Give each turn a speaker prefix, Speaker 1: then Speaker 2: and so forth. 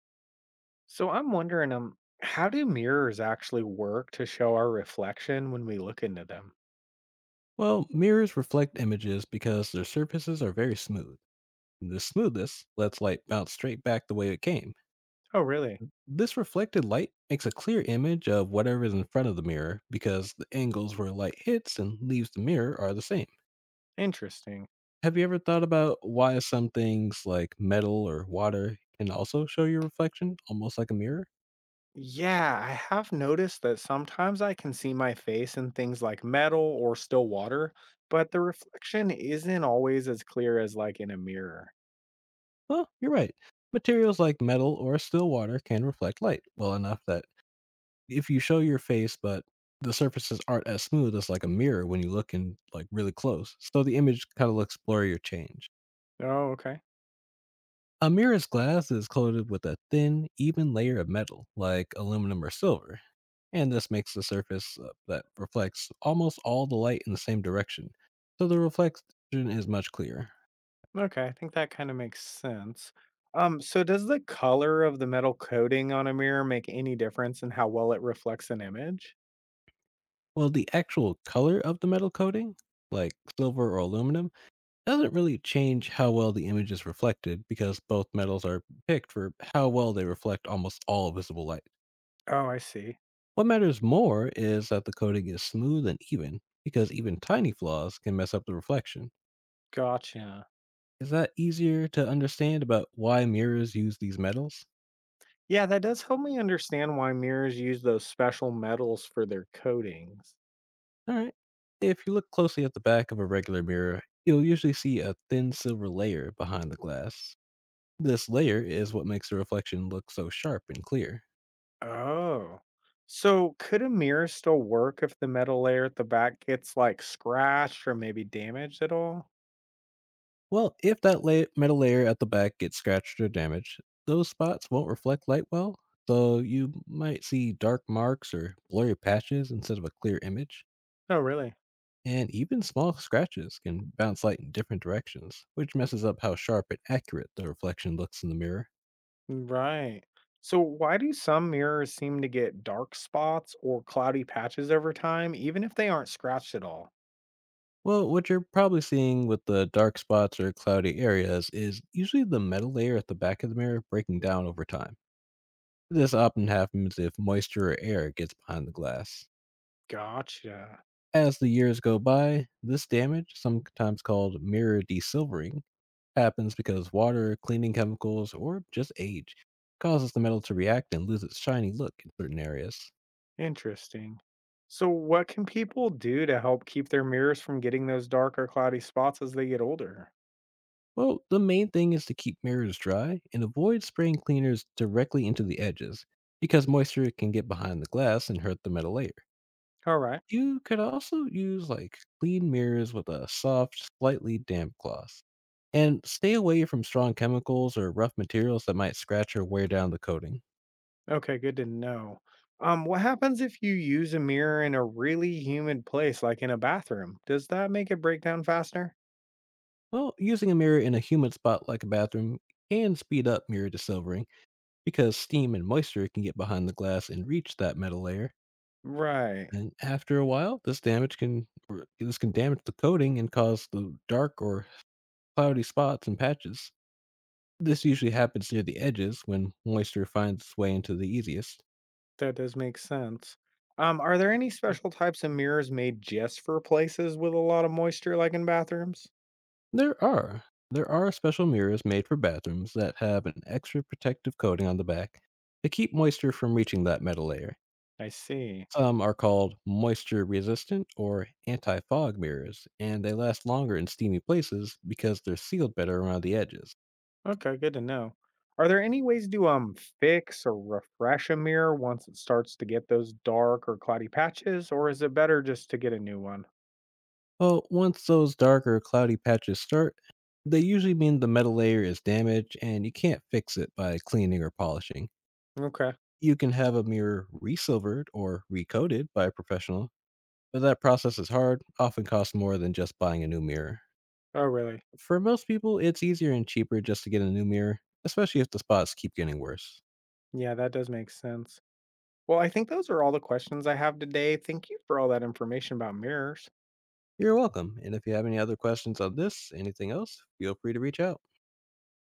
Speaker 1: So I'm wondering, how do mirrors actually work to show our reflection when we look into them?
Speaker 2: Well, mirrors reflect images because their surfaces are very smooth. The smoothness lets light bounce straight back the way it came.
Speaker 1: Oh, really?
Speaker 2: This reflected light makes a clear image of whatever is in front of the mirror because the angles where light hits and leaves the mirror are the same.
Speaker 1: Interesting.
Speaker 2: Have you ever thought about why some things like metal or water can also show your reflection almost like a mirror?
Speaker 1: Yeah, I have noticed that sometimes I can see my face in things like metal or still water, but the reflection isn't always as clear as like in a mirror.
Speaker 2: Well, you're right. Materials like metal or still water can reflect light well enough that if you show your face, but the surfaces aren't as smooth as like a mirror. When you look in like really close, so the image kind of looks blurry or changed.
Speaker 1: Oh, okay.
Speaker 2: A mirror's glass is coated with a thin even layer of metal like aluminum or silver, and this makes the surface that reflects almost all the light in the same direction, so the reflection is much clearer.
Speaker 1: Okay, I think that kind of makes sense. So does the color of the metal coating on a mirror make any difference in how well it reflects an image?
Speaker 2: Well, the actual color of the metal coating, like silver or aluminum, doesn't really change how well the image is reflected, because both metals are picked for how well they reflect almost all visible light.
Speaker 1: Oh, I see.
Speaker 2: What matters more is that the coating is smooth and even, because even tiny flaws can mess up the reflection.
Speaker 1: Gotcha.
Speaker 2: Is that easier to understand about why mirrors use these metals?
Speaker 1: Yeah, that does help me understand why mirrors use those special metals for their coatings.
Speaker 2: All right. If you look closely at the back of a regular mirror, you'll usually see a thin silver layer behind the glass. This layer is what makes the reflection look so sharp and clear.
Speaker 1: Oh. So could a mirror still work if the metal layer at the back gets like scratched or maybe damaged at all?
Speaker 2: Well, if that metal layer at the back gets scratched or damaged, those spots won't reflect light well, so you might see dark marks or blurry patches instead of a clear image.
Speaker 1: Oh, really?
Speaker 2: And even small scratches can bounce light in different directions, which messes up how sharp and accurate the reflection looks in the mirror.
Speaker 1: Right. So why do some mirrors seem to get dark spots or cloudy patches over time even if they aren't scratched at all?
Speaker 2: Well, what you're probably seeing with the dark spots or cloudy areas is usually the metal layer at the back of the mirror breaking down over time. This often happens if moisture or air gets behind the glass.
Speaker 1: Gotcha.
Speaker 2: As the years go by, this damage, sometimes called mirror desilvering, happens because water, cleaning chemicals, or just age causes the metal to react and lose its shiny look in certain areas.
Speaker 1: Interesting. So what can people do to help keep their mirrors from getting those dark or cloudy spots as they get older?
Speaker 2: Well, the main thing is to keep mirrors dry and avoid spraying cleaners directly into the edges, because moisture can get behind the glass and hurt the metal layer.
Speaker 1: All right.
Speaker 2: You could also use like clean mirrors with a soft, slightly damp gloss. And stay away from strong chemicals or rough materials that might scratch or wear down the coating.
Speaker 1: Okay, good to know. What happens if you use a mirror in a really humid place, like in a bathroom? Does that make it break down faster?
Speaker 2: Well, using a mirror in a humid spot like a bathroom can speed up mirror desilvering, because steam and moisture can get behind the glass and reach that metal layer.
Speaker 1: Right.
Speaker 2: And after a while, this damage this can damage the coating and cause the dark or cloudy spots and patches. This usually happens near the edges, when moisture finds its way into the easiest.
Speaker 1: That does make sense. Are there any special types of mirrors made just for places with a lot of moisture, like in bathrooms?
Speaker 2: There are. There are special mirrors made for bathrooms that have an extra protective coating on the back to keep moisture from reaching that metal layer.
Speaker 1: I see.
Speaker 2: Some are called moisture resistant or anti fog mirrors, and they last longer in steamy places because they're sealed better around the edges.
Speaker 1: Okay, good to know. Are there any ways to fix or refresh a mirror once it starts to get those dark or cloudy patches, or is it better just to get a new one?
Speaker 2: Well, once those dark or cloudy patches start, they usually mean the metal layer is damaged and you can't fix it by cleaning or polishing.
Speaker 1: Okay.
Speaker 2: You can have a mirror resilvered or recoated by a professional, but that process is hard, often costs more than just buying a new mirror.
Speaker 1: Oh, really?
Speaker 2: For most people, it's easier and cheaper just to get a new mirror, especially if the spots keep getting worse.
Speaker 1: Yeah, that does make sense. Well, I think those are all the questions I have today. Thank you for all that information about mirrors.
Speaker 2: You're welcome, and if you have any other questions on this, anything else, feel free to reach out.